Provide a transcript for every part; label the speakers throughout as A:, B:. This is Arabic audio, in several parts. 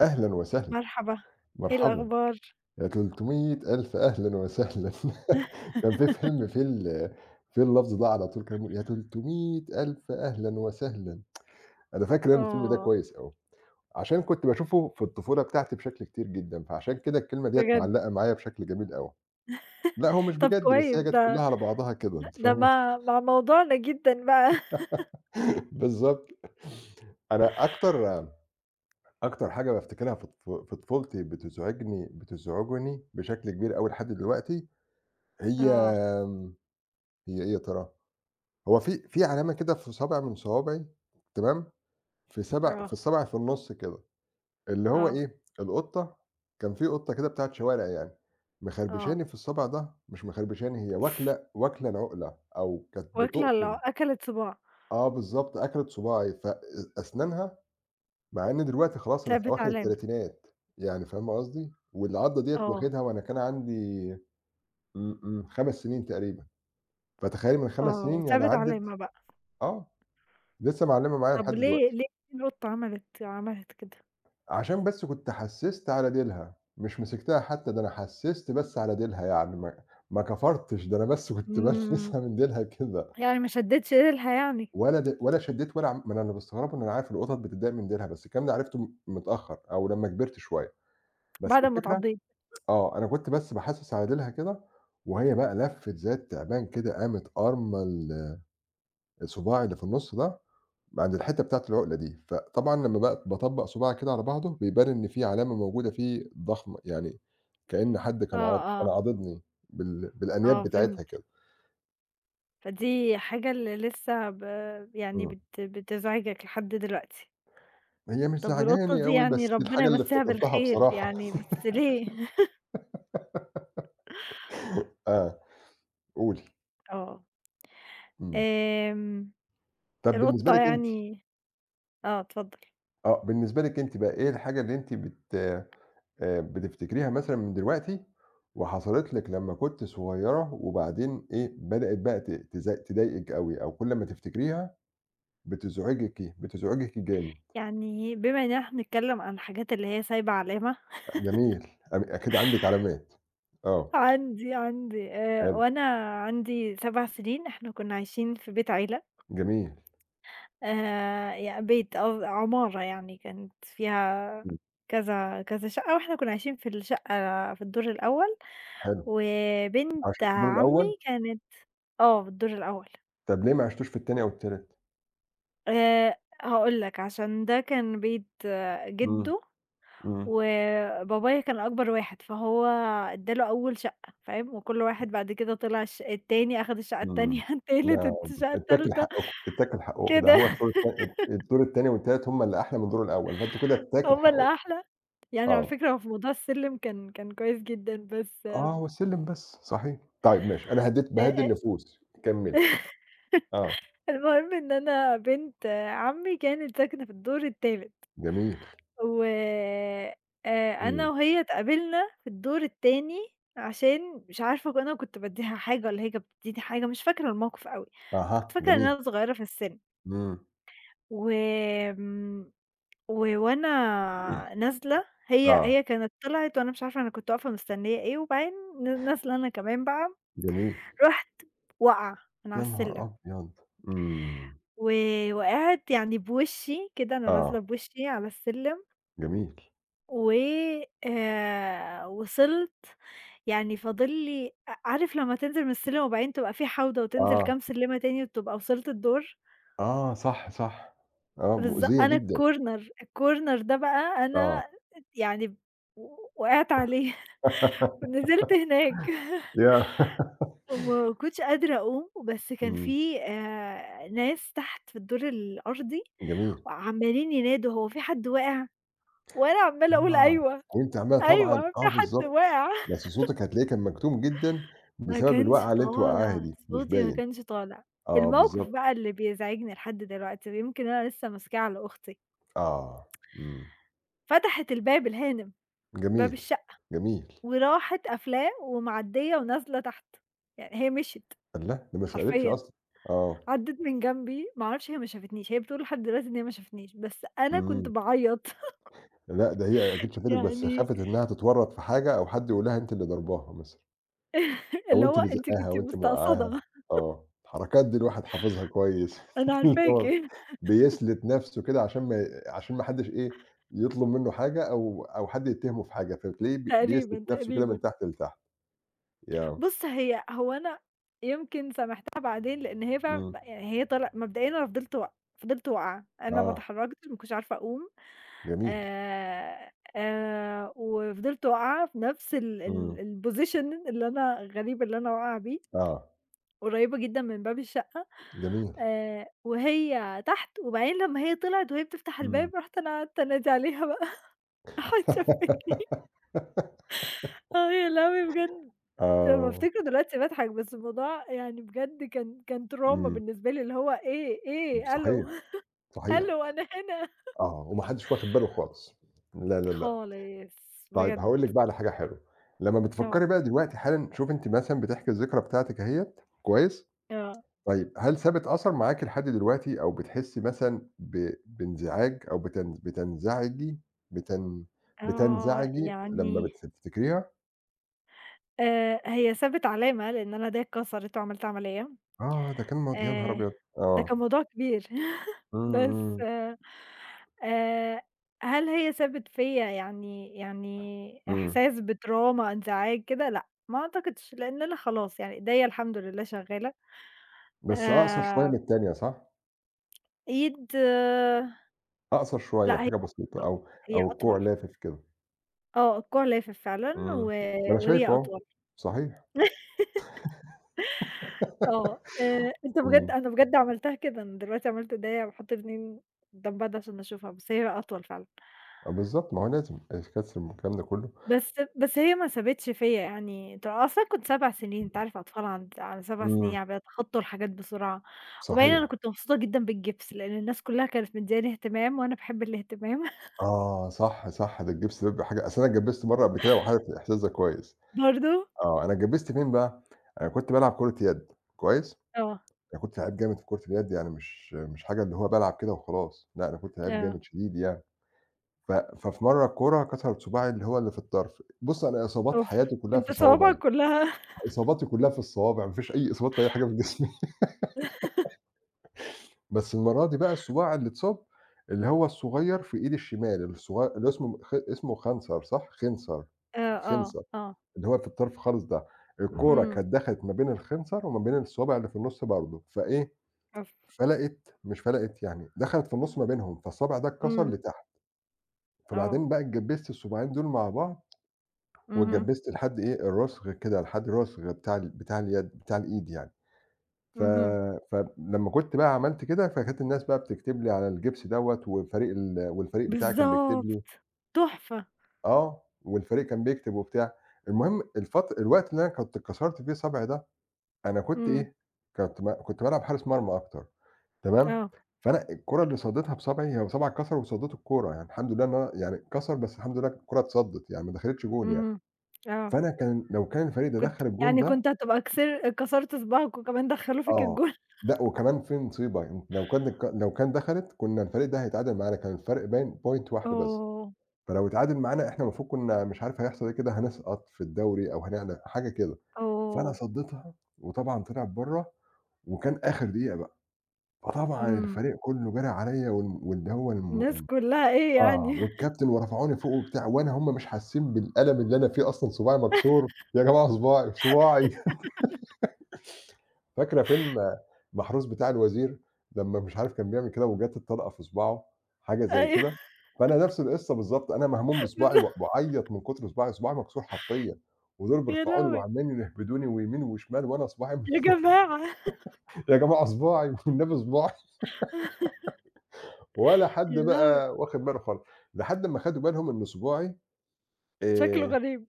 A: أهلًا وسهلًا،
B: مرحبا، إيه
A: مرحبًا،
B: الأخبار؟
A: يا 300.000 أهلًا وسهلًا كان في فيلم فيه فيه اللفظ ده على طول كان بيقول يا 300.000 أهلًا وسهلًا. أنا فاكر أنا الفيلم ده
B: آه،
A: كويس أوي، عشان كنت باشوفه في الطفولة بتاعتي بشكل كتير جدًا، فعشان كده الكلمة ديّة
B: بجد،
A: معلقة معايا بشكل جميل أوي. لأ هو مش
B: طب
A: بجد بس
B: كويس
A: هي جات
B: ده
A: كلها على بعضها كده
B: د
A: أنت
B: ده
A: فاهمة؟
B: مع موضوعنا جدًا بقى.
A: بالضبط. أنا أكتر حاجة بافتكرها في طفولتي بتزعجني بشكل كبير أوي لحد دلوقتي هي،
B: آه،
A: آمم، هي إيه يا ترى؟ هو في علامة كده في صابع من صوابعي. تمام. في
B: آه،
A: الصابع في النُص كده، اللي هو
B: آه،
A: إيه، القطة. كان في قطة كده بتاعة شوارع يعني،
B: آه،
A: مخربشاني في الصابع ده، مش مخربشاني، هي واكلة العُقلة أو كانت
B: واكلة ال
A: بتقطم.
B: أكلت صباع،
A: آه بالضبط، أكلت صُباعي ف أ أسنانها، مع إن دلوقتي خلاص أنا في
B: سابت
A: أواخر
B: علامة،
A: التلاتينات. يعني فاهمة قصدي؟ والعضة ديّة
B: آه،
A: واخدها وأنا كان عندي إمم، إمم، 5 سنين تقريبًا، فتخيّلي من 5
B: آه،
A: سنين يعني
B: وسابت
A: عدِّت.
B: علامة بقى،
A: آه. لسه معلّمة معايا
B: طب
A: لحد
B: ليه
A: دلوقتي،
B: ليه القطة عملت كده؟
A: عشان بس كنت حسّست على ديلها، مش مسكتها حتى، ده أنا حسّست بس على ديلها يعني ما كفرتش، ده أنا بس كنت
B: إمم،
A: بلمسها من ديلها كده،
B: يعني ما شدتش ريلها يعني
A: ولا شدّيت ولا عم ما أنا اللي باستغربه إن أنا عارف القطط بتتضايق من ديلها، بس الكلام ده عرفته متأخّر أو لمّا كبرت شوية، بس
B: بعد ما
A: الفكرة
B: اتعضيت،
A: آه، أنا كنت بس باحسّس على ديلها كده، وهي بقى لفِّت زي التعبان كده، قامت قارمة الصُباع اللي في النُص ده عند الحتّة بتاعة العُقلة دي، فطبعًا لمّا بقى باطبّق صُباعي كده على بعضه بيبان إن في علامة موجودة فيه ضخمة، يعني كإن حد كان
B: آه،
A: عاض كان
B: آه،
A: عاضدني بالأنياب
B: آه،
A: بتاعتها
B: فهمت،
A: كده.
B: فدي حاجة اللي لسه يعني
A: إمم.
B: بتزعجك لحد دلوقتي.
A: هي مش
B: طب والقطة
A: زعجاني
B: دي
A: أوي،
B: يعني
A: بس دي
B: ربنا
A: الحاجة اللي
B: يمسّيها
A: افتكرتها
B: بالخير
A: بصراحة.
B: يعني، بس ليه؟
A: آه، قولي.
B: آه،
A: إمم.
B: آمم،
A: طَب بالنسبة
B: القطة
A: لِك أنتِ،
B: يعني آه، اتفضل.
A: آه، بالنسبة لِك أنتِ بقى إيه الحاجة اللي أنتِ بت بتفتكريها مثلًا من دلوقتي وحصلت لِك لمّا كنتِ صغيّرة، وبعدين إيه، بدأت بقى ت تز تضايقِك أوي أو كل ما تفتكريها بتزعجِكِ، إيه؟ بتزعجِكِ جامد.
B: يعني بما إن إحنا بنتكلّم عن الحاجات اللي هي سايبة علامة،
A: جميل. أم أكيد عندِك علامات. آه،
B: عندي
A: حلو،
B: وأنا عندي 7 سنين إحنا كنّا عايشين في بيت عيلة،
A: جميل،
B: يع بيت قصد عمارة يعني كانت فيها
A: إمم،
B: كذا، كذا شقة وإحنا كنّا عايشين في الشقة في الدور الأول،
A: حلو،
B: وبنت
A: عشان في الدور
B: عمي
A: الأول.
B: كانت في الدور الأول.
A: طب ليه ما عشتوش في التاني أو التالت؟
B: هاقول لك، عشان ده كان بيت
A: إمم،
B: جِدّه،
A: إمم،
B: وبابايا كان أكبر واحد، فهو ادّى له أول شقة فاهم، وكل واحد بعد كده طلع التاني أخد الشقة التانية،
A: إمم، نعم،
B: الشقة
A: اتّاكل
B: التالتة
A: حقُّكم، اتّاكل حقُّكم، ده
B: كده.
A: هو الشعور، الت الت الدور التاني والتالت هُم اللي أحلى من الدور الأول، فأنتم كده اتّاكل
B: هم
A: حقُّكم.
B: اللي أحلى. يعني على
A: آه،
B: فكرة هو في موضوع السلِّم كان كويس جدًا، بس
A: آه، هو السلِّم بس، صحيح، طيب ماشي، أنا هدّيت باهدّي النفوس، كمّلي. آه،
B: المهم إن أنا بنت عمي كانت ساكنة في الدور التالت.
A: جميل،
B: و
A: إمم،
B: أنا وهي اتقابلنا في الدور التاني، عشان مش عارفة أنا كنت بادّيها حاجة والّا هي كانت بتدّيني حاجة، مش فاكرة الموقف أوي، كنت
A: أها،
B: فاكرة إن
A: جميل،
B: أنا صغيرة في السِن،
A: إمم،
B: وآمم و وأنا نازلة، هي
A: آه،
B: هي كانت طلعت وأنا مش عارفة أنا كنت واقفة مستنية إيه، وبعدين نازلة أنا كمان بقى،
A: جميل.
B: رُحت واقعة من على
A: يا نهار
B: السلِّم.
A: أبيض! إمم.
B: و وقعت يعني بوشّي كده، أنا
A: آه،
B: نازلة بوشّي على السلِّم
A: جميل.
B: و وصلت. يعني فاضل لي عارف لمّا تنزل من السلم وبعدين تبقى في حوضة وتنزل
A: آه،
B: كام سلِّمة تاني وتبقى وصلت الدور؟
A: آه، صح، صح. آه، مؤذية
B: أنا
A: جدًا.
B: الcorner ده بقى
A: آه.
B: أنا يعني، وقعت عليه ونزلت هناك.
A: ياه!
B: وما كنتش قادرة أقوم، بس كان
A: إمم،
B: في ناس تحت في الدور الأرضي
A: جميل.
B: وعمّالين ينادوا: "هو في حد واقع؟" وأنا عمّالة أقول:
A: آه،
B: "أيوه،
A: وأنتِ عاملاها طبعًا،
B: أيوه،
A: آه،
B: في حد
A: بالضبط.
B: واقع."
A: بس صوتِك هتلاقيه كان مكتوم جدًا
B: ما
A: بسبب
B: كانش
A: الوقعة اللي أنتِ وقعاها
B: طالع،
A: دي، مش
B: صوتي ما
A: باين.
B: كانش طالع.
A: آه،
B: الموقف
A: بالضبط.
B: بقى اللي بيزعجني لحد دلوقتي ويمكن أنا لسه ماسكاه على أختي،
A: آه، إمم.
B: فتحت الباب الهانم، باب
A: جميل،
B: الشقة
A: جميل.
B: وراحت قافلاه ومعدية ونازلة تحت، يعني هي مشيت
A: الله! ده ما سألتش
B: حرفيًا،
A: أصلًا. آه،
B: عدِّت من جنبي، ما أعرفش هي ما شافتنيش، هي بتقول لحد دلوقتي إن هي ما شافتنيش، بس أنا كنت
A: إمم.
B: باعيط.
A: لأ، ده هي أكيد شافتِك بس
B: يعني
A: خافت إنها تتورّط في حاجة أو حد يقول لها أنتِ اللي ضرباها مثلًا. أو
B: اللي
A: أنتِ
B: هو
A: اللي
B: أنتِ
A: زقّاها
B: كنتِ
A: أو أنتِ موقّعاها،
B: مستقصدة،
A: آه، الحركات دي الواحد حافظها كويس.
B: أنا
A: اللي
B: عارفاكِ.
A: هو بيسلِت نَفْسه كده عشان ما عشان ما حدّش، إيه، يطلب منّه حاجة أو حد يتهمه في حاجة، فتلاقيه بيسلِت
B: تقريبًا،
A: نَفْسه كده
B: تقريبًا.
A: من تحت لتحت. ياه!
B: بُص، هي هو أنا يمكن سامحتها بعدين لإن هي فعلًا
A: إمم،
B: يعني هي طل مبدئيًا أنا فضلت واقعة، أنا ما
A: آه،
B: اتحركتش ما كنتش عارفة أقوم،
A: جميل،
B: وفضلت واقعة في نفس ال ال
A: إمم،
B: الposition اللي أنا الغريب اللي أنا واقعة بيه،
A: آه،
B: قريبة جدًا من باب الشقة،
A: جميل،
B: وهي تحت وبعدين لمّا هي طلعت وهي بتفتح
A: إمم،
B: الباب رُحت أنا قعدت أنادي عليها بقى. راحت شافتني. آه يا لهوي بجد. لمّا
A: آه،
B: بافتكره دلوقتي باضحك، بس الموضوع يعني بجد كان trauma
A: إمم،
B: بالنسبة لي، اللي هو إيه، ألو،
A: صحيح، صحيح،
B: ألو أنا هنا
A: آه، وما حدّش واخد باله خالص. لا، لا، لا.
B: خالص
A: طيب
B: بجد.
A: هاقول لِك بقى على حاجة حلوة. لمّا
B: آه،
A: بتفكّري بقى دلوقتي حالًا شوفي أنتِ مثلًا بتحكي الذكرى بتاعتِك أهيّة، كويس،
B: آه،
A: طيب هل سابت أثر معاكِ لحد دلوقتي أو بتحسّي مثلًا بانزعاج أو بتنزعجي بتن
B: آه،
A: بتنزعجي لمّا
B: يعني،
A: بتفتكريها؟
B: هي سابت علامة، لإن أنا إيديا اتكسرت وعملت عملية.
A: آه، ده كان مو يا نهار
B: آآ،
A: أبيض!
B: ده
A: آه،
B: كان موضوع كبير.
A: إمم،
B: بس
A: إمم،
B: آآ، هل هي سابت فيّا يعني
A: إمم،
B: إحساس بTrauma، انزعاج كده؟ لأ، ما أعتقدش، لإن أنا خلاص يعني إيديا الحمد لله شغّالة.
A: بس أقصر شوية من
B: آآ،
A: التانية صح؟
B: إيد
A: أقصر شوية
B: لأ، هي
A: حاجة بسيطة
B: أطول،
A: أو
B: هي
A: أو كوع
B: أطول.
A: لافف كده،
B: آه، الكوع لافف فعلًا،
A: إمم،
B: و
A: ما أنا
B: وهي
A: شايفه أهو،
B: أطول.
A: صحيح،
B: آه، أنت بجد
A: إمم.
B: أنا بجد عملتها كده، أنا دلوقتي عملت إيديّا باحط الاتنين قدام بعض عشان أشوفها، بس هي أطول فعلًا.
A: آه بالضبط، ما هو لازم الكَسْر والكلام ده كُلّه.
B: بس هي ما سابتش فيّا يعني، أصلًا كنت 7 سنين، أنت عارف أطفال على 7 سنين
A: إمم،
B: يعني بيتخطّوا الحاجات بسرعة، وبعدين أنا
A: صحيح.
B: كنت مبسوطة جدًا بالجبس، لإن الناس كلّها كانت مدّياني اهتمام وأنا باحب الاهتمام.
A: آه، صح، صح، ده الجِبْس ده بيبقى حاجة، أصل أنا اتجبِّزت مرّة قبل كده وعارف الإحساس ده كويس.
B: برضه
A: آه، أنا اتجبِّزت فين بقى، أنا كنت بالعب كرة يد كويس.
B: آه،
A: أنا كنت لعيب جامد في كرة اليد، يعني مش حاجة اللي هو بالعب كده وخلاص، لأ، أنا كنت لعيب
B: آه،
A: جامد شديد يعني. ف ففي مرّة الكورة كسرت صُباعي اللي هو اللي في الطرف. بُص، أنا إصابات
B: أوف!
A: حياتي كُلّها في
B: أنت
A: صوابعي،
B: صوابعك كلّها.
A: إصاباتي كُلّها في الصوابع، ما فيش أي إصابات في أي حاجة في جسمي. بس المرّة دي بقى الصباع اللي اتصاب، اللي هو الصغيّر في إيدي الشمال، اللي اسمه خنصر صح؟ خنصر،
B: آه، آه،
A: الخنصر
B: آه،
A: اللي هو في الطرف خالص ده. إمم. الكورة
B: إمم،
A: كانت دخلت ما بين الخنصر وما بين الصابع اللي في النُص برضه، فإيه،
B: أوف!
A: فلَقِت مش فلَقِت يعني، دخلت في النُص ما بينهم، فالصابع ده اتكسر
B: إمم،
A: لتحت،
B: آه،
A: فبعدين بقى اتجبّست الصباعين دول مع بعض،
B: اهم،
A: واتجبّست لحد إيه، الرُسغ كده، لحد الرُسغ بتاع ال بتاع اليد بتاع الإيد يعني. ف
B: اهم.
A: فلمّا كنت بقى عملت كده، فكانت الناس بقى بتكتب لي على الجبس دوّة، وفريق ال والفريق بتاعي كان بيكتب لي،
B: بالضبط، تحفة.
A: آه، والفريق كان بيكتب وبتاع. المهم الوقت اللي أنا كنت اتكسرت فيه صابعي ده، أنا كنت
B: إمم،
A: إيه، كنت بالعب حارس مرمى أكتر، تمام،
B: آه،
A: فأنا الكورة اللي صديتها بصابعي، هو صابعي اتكسر وصديته الكورة، يعني الحمد لله إن أنا يعني اتكسر بس الحمد لله الكورة اتصدت يعني ما دخلتش جون يعني.
B: اهم، آه،
A: فأنا كان لو كان الفريق ده
B: كنت
A: دخّل الجون
B: يعني
A: ده
B: كنت هتبقى كسر كسرتِ صباعِك وكمان دخّلوه فيكِ
A: آه،
B: الجُل.
A: لأ وكمان في نصيبة، أنت لو كان دخلت كنا الفريق ده هيتعادل معانا، كان الفرق باين point واحدة بس،
B: آه،
A: فلو اتعادل معانا إحنا المفروض كنا مش عارف هيحصل إيه كده، هنسقط في الدوري أو هنعمل حاجة كده، فأنا
B: آه،
A: صديتها وطبعًا طلعت برّه وكان آخر دقيقة بقى، فطبعًا
B: إمم،
A: الفريق كلّه جرى عليّا وال واللي هو الم
B: الناس
A: ال
B: كلّها إيه
A: آه،
B: يعني.
A: والكابتن ورفعوني فوق وبتاع وأنا، هُم مش حاسين بالألم اللي أنا فيه أصلًا، صباعي مكسور، يا جماعة صباعي، صباعي. فاكرة فيلم محروس بتاع الوزير، لمّا مش عارف كان بيعمل كده وجات الطلقة في صباعه، حاجة زي
B: أيوه،
A: كده، فأنا نفس القصة بالضبط، أنا مهموم بصباعي
B: بالضبط،
A: و باعيّط من كتر صباعي، صباعي مكسور حرفيًا، ودول
B: يا
A: بيرفعوا لي
B: لهوي!
A: وعمّالين يحدفوني ويمين وشمال وأنا صباعي
B: يا جماعة
A: يا جماعة صباعي والنبي صباعي، ولا حد
B: يا لهوي!
A: بقى واخد باله خالص، لحد أمّا خدوا بالهم إن صباعي
B: شكله
A: آآ
B: غريب،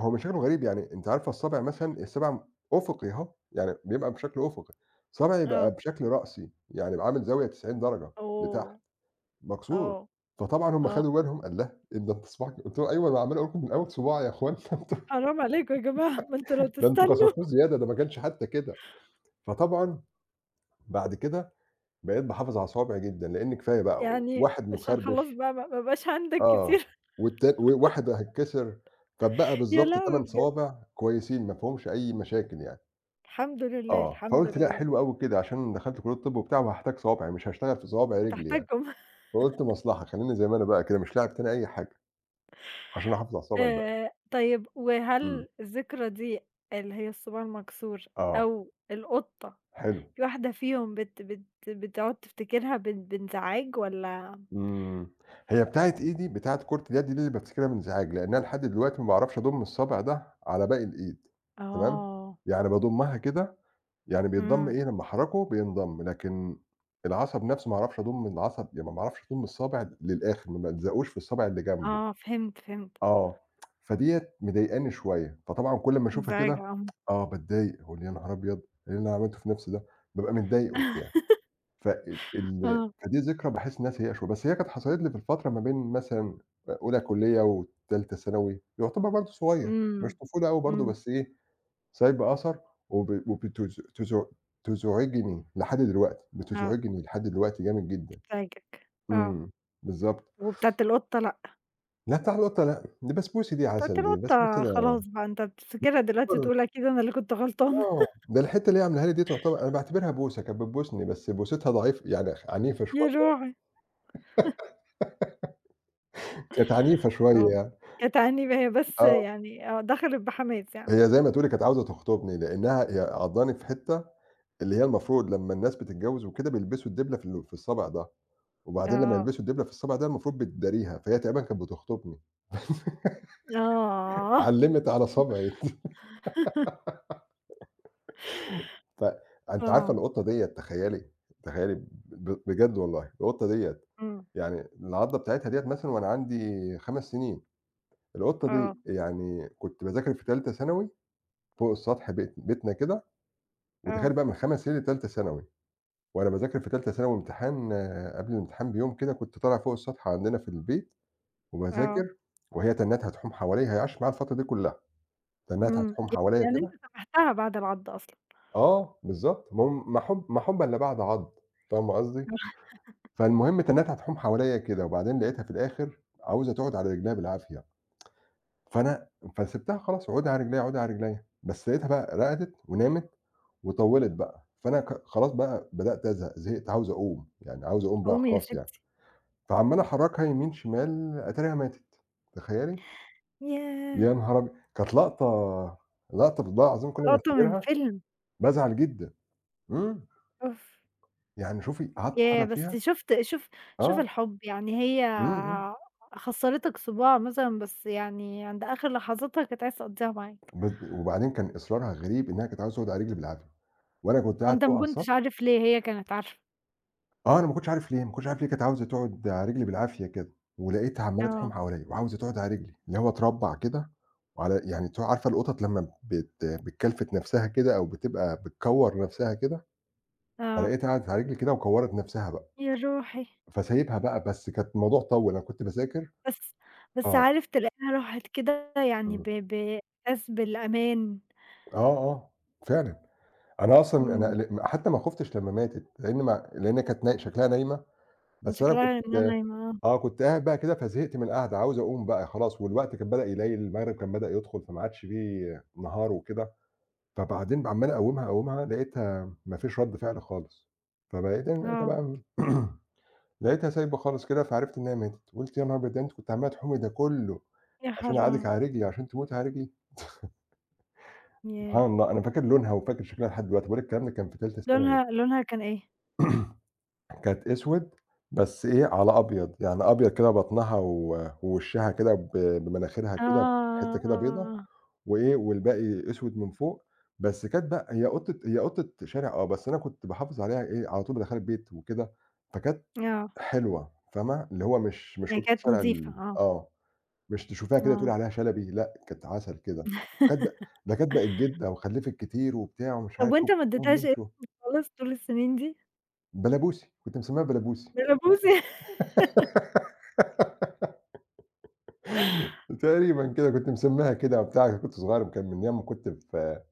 A: هو مش شكله غريب، يعني أنتِ عارفة الصابع مثلًا الصباع أُفقي أهو، يعني بيبقى بشكل أُفقي، صابعي بقى
B: آه،
A: بشكل رأسي، يعني بقى عامل زاوية 90 درجة لتحت،
B: أوه!
A: مكسور،
B: آه،
A: فطبعًا هُم
B: آه،
A: خدوا بالهم، قال لأ، إيه ده أنت صباعك، قُلت له: "أيوه أنا عمّال أقول لكم من أول صباعي يا أخوانا أنتم
B: حرام عليكم يا جماعة، ما أنتم لو
A: ده أنتم
B: تستنوا،
A: كسرتوه زيادة، ده ما كانش حتى كده." فطبعًا بعد كده بقيت باحافظ على صوابعي جدًا، لإن كفاية بقى
B: يعني
A: واحد
B: عشان خلاص
A: متخربش
B: بقى ما بقاش عندك
A: آه،
B: كتير.
A: والتا وواحد هيتكسر، فاتبقى
B: يا
A: بالضبط
B: لهوي
A: 8
B: بجد!
A: صوابع كويسين ما فيهمش أي مشاكل يعني.
B: الحمد لله،
A: آه،
B: الحمد
A: فقُلت لأ
B: لله،
A: حلو أوي كده، عشان دخلت كلية طِب وبتاع وهاحتاج صوابع، مش هاشتغل في صوابع رجلي يعني،
B: هتحتاجهم.
A: فقُلت مصلحة، خلّيني زي ما أنا بقى كده مش لاعب تاني أي حاجة، عشان أحافظ على الصوابع الباقية.
B: طيب
A: إمم،
B: وهل الذكرى دي اللي هي الصباع المكسور
A: آه،
B: أو القطة،
A: حلو،
B: في واحدة فيهم بت بت بتقعد تفتكرها بانزعاج والّا؟
A: إمم، هي بتاعة إيدي بتاعة كرة اليد دي اللي بافتكرها بانزعاج، لأن أنا لحد دلوقتي ما باعرفش أضُم الصابع ده على باقي الإيد. تمام.
B: آه.
A: يعني باضمّها كده، يعني بيتضم
B: إمم.
A: إيه، لمّا أحرّكه بينضم، لكن العصب نَفْسه ما اعرفش أضُم العصب، يعني ما باعرفش أضُم الصابع للآخر، ما بالزقوش في الصابع اللي جنبه.
B: آه فهمت، فهمت.
A: آه، فديّة مضايقاني شوية، فطبعًا كل أمّا أشوفها
B: مزعجة
A: كده
B: آه.
A: آه، باتضايق، أقول يا نهار أبيض! إيه اللي أنا عملته في نفسي ده؟ بابقى متضايق وبتاع، ف ال ال
B: آه.
A: فدي ذكرى باحس إنها سيئة شوية، بس هي كانت حصلت لي في الفترة ما بين مثلًا أولى كلية وتالتة ثانوي، يعتبر برضه صغير، مش
B: إمم.
A: طفولة أوي برضه،
B: إمم.
A: بس إيه، سايب أثر، وب وبتز تز تزعجني لحد دلوقتي،
B: آه
A: بتزعجني لحد دلوقتي جامد جدًا.
B: بتزعجك. آه.
A: إمم، بالضبط.
B: وبتاعة القطة لأ.
A: لأ بتاع القطة لأ، دي بسبوسة دي،
B: بتاعة
A: عسل دي، بسبوسة
B: القطة
A: ده
B: خلاص بقى أنت بتفتكرها دلوقتي تقول أكيد أنا اللي كنت غلطان.
A: آه، ده الحتّة اللي هي عاملاها لي دي تعتبر أنا باعتبرها بوسة، كانت بتبوسني، بس بوستها ضعيف يعني عنيفة
B: يا
A: شوية،
B: روعي!
A: كانت عنيفة شوية
B: آه.
A: يعني،
B: كانت عنيبة هي بس
A: آه،
B: يعني آه دخلت بحماس يعني.
A: هي زي ما تقولي كانت عاوزة تخطبني، لإنها هي عضّاني في حتّة اللي هي المفروض لمّا الناس بتتجوّز وكده بيلبسوا الدبلة في الصابع ده، وبعدين لمّا
B: آه،
A: يلبسوا الدبلة في الصابع ده المفروض بتداريها، فهي تقريبًا كانت بتخطبني،
B: آه،
A: علّمت على صابعي. ف أنتِ عارفة
B: آه،
A: القطة ديّة تخيّلي، تخيّلي بجد والله القطة ديّة،
B: إمم،
A: يعني العضّة بتاعتها ديّة مثلًا وأنا عندي 5 سنين. القطة دي
B: آه،
A: يعني كنت باذاكر في تالتة ثانوي فوق السطح بيتنا كده،
B: آه،
A: وتخيّل بقى من 5 سنين لتالتة ثانوي، وأنا باذاكر في تالتة ثانوي امتحان آه، قبل الامتحان بيوم كده كنت طالع فوق السطح عندنا في البيت
B: آه،
A: وباذاكر، وهي تنّتها تحوم حواليّا، هي عاشت معايا الفترة دي كلّها، تنّتها
B: إمم،
A: تحوم حواليّا
B: يعني أنت
A: كده.
B: سامحتها بعد العضّ أصلًا.
A: آه بالضبط، ما هو ما حُبًا لا بعد عض، فاهمة قصدي؟ فالمهم تنّتها تحوم حواليّا كده، وبعدين لقيتها في الآخر عاوزة تقعد على رجليها بالعافية، فأنا فسِبتها خلاص اقعدي على رجليّا، اقعدي على رجليّا، بس لقيتها بقى رقدت ونامت وطوّلت بقى، فأنا خلاص بقى بدأت أزهق، زهقت عاوز أقوم، يعني عاوز أقوم بقى
B: قومي يا
A: خلاص يعني،
B: ستي،
A: فعمّال أحرّكها يمين، شمال، أتاريها ماتت، تخيّلي؟
B: ياه!
A: يا نهار أبيض! كانت لقطة، لقطة بالله العظيم كل ما
B: لقطة من
A: أفتكرها
B: فيلم،
A: بازعل جدًا، إمم،
B: أوف،
A: يعني شوفي قعدت
B: ياه!
A: أحرّك
B: بس
A: فيها
B: شوف شوف
A: آه،
B: الحُب، يعني هي
A: إمم، إمم،
B: خسّرتك صباع مثلًا بس يعني عند آخر لحظاتها كانت عايزة تقضّيها معاك،
A: بس وبعدين كان إصرارها غريب إنها كانت عاوزة تقعد على رجلي بالعافية، وأنا كنت قاعد
B: وأنت
A: فوق
B: ما
A: على السطح
B: كنتش عارف ليه، هي كانت عارفة،
A: آه، أنا ما كنتش عارف ليه، ما كنتش عارف ليه كانت عاوزة تقعد على رجلي بالعافية كده، ولقيتها عمّالة تحوم
B: آه،
A: حواليّا وعاوزة تقعد على رجلي، اللي هو اتربّع كده يعني عارفة القطط لمّا بتكلفت نَفْسها كده أو بتبقى بتكوّر نَفْسها كده،
B: آه،
A: فلقيتها قعدت على رجلي كده وكوّرت نَفْسها بقى،
B: يا روحي،
A: فسايبها بقى بس كانت الموضوع طوّل، أنا كنت باذاكر
B: بس بس
A: آه،
B: عارف تلاقيها راحت كده يعني
A: إمم،
B: بإحساس بالأمان.
A: آه، آه، فعلًا، أنا أصلًا أنا
B: إمم،
A: حتى ما خُفتش لمّا ماتت، لإن ما لإن كانت شكلها نايمة،
B: كان
A: بس أنا كنت
B: شكلها إنها نايمة.
A: آه، كنت قاعد بقى كده فزهقت من القعدة، عاوز أقوم بقى خلاص والوقت كان بدأ يليل، المغرب كان بدأ يدخل فما عادش فيه نهار وكده، فبعدين عمّال أقومها، أقومها لقيتها ما فيش رَد فعل خالص، فبقيت أنا
B: آه،
A: لقيتها
B: آه،
A: بقى لقيتها سايبة خالص كده فعرفت إنها ماتت، قُلت يا نهار أبيض! ده أنتِ كنتِ عمّالة تحومي ده كُلّه
B: يا
A: عشان أعادِك
B: حرام!
A: على رجلي، عشان تموتي على رجلي! سبحان
B: ياه!
A: الله أنا فاكر لونها وفاكر شكلها لحد دلوقتي، باقول لِك الكلام ده كان في تالتة ثانوي.
B: لونها كان إيه؟
A: كانت أسود، بس إيه، على أبيض، يعني أبيض كده بطنها و ووشّها كده بمناخيرها
B: آه،
A: كده، حتّة
B: آه،
A: كده بيضا،
B: آه،
A: وإيه، والباقي أسود من فوق، بس كانت بقى هي قطة شارع آه، بس أنا كنت باحافظ عليها إيه، على طول بادخّلها البيت وكده، فكانت
B: آه، آه.
A: حلوة، فاهمة؟ اللي هو مش
B: يعني
A: قطة
B: كانت
A: شارع
B: نضيفة
A: ال
B: آه،
A: آه، مش تشوفيها كده تقولي
B: آه،
A: عليها شلبي، لأ، كانت عسل كده، وكانت ب ده كانت بقت جدة وخلّفِت كتير وبتاع ومش
B: طب
A: عارف إيه،
B: وأنت ما
A: وكلّهم
B: اديتهاش
A: يمشوا.
B: اسم خالص طول السنين دي؟
A: بلبوسي، كنت مسمّيها بلبوسي.
B: بلبوسي.
A: تقريبًا كده، كنت مسمّاها كده وبتاع، كنت صغيّر كان من أيام ما كنت في،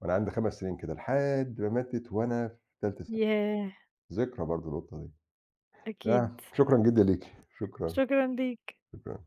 A: وأنا عندي 5 سنين كده، لحد ما ماتت وأنا في تالتة ثانوي،
B: ياه!
A: ذكرى برضه القطة دي.
B: أكيد،
A: آه، شكرًا جدًا ليكِ، شكرًا،
B: شكرًا ليك.
A: شكرًا.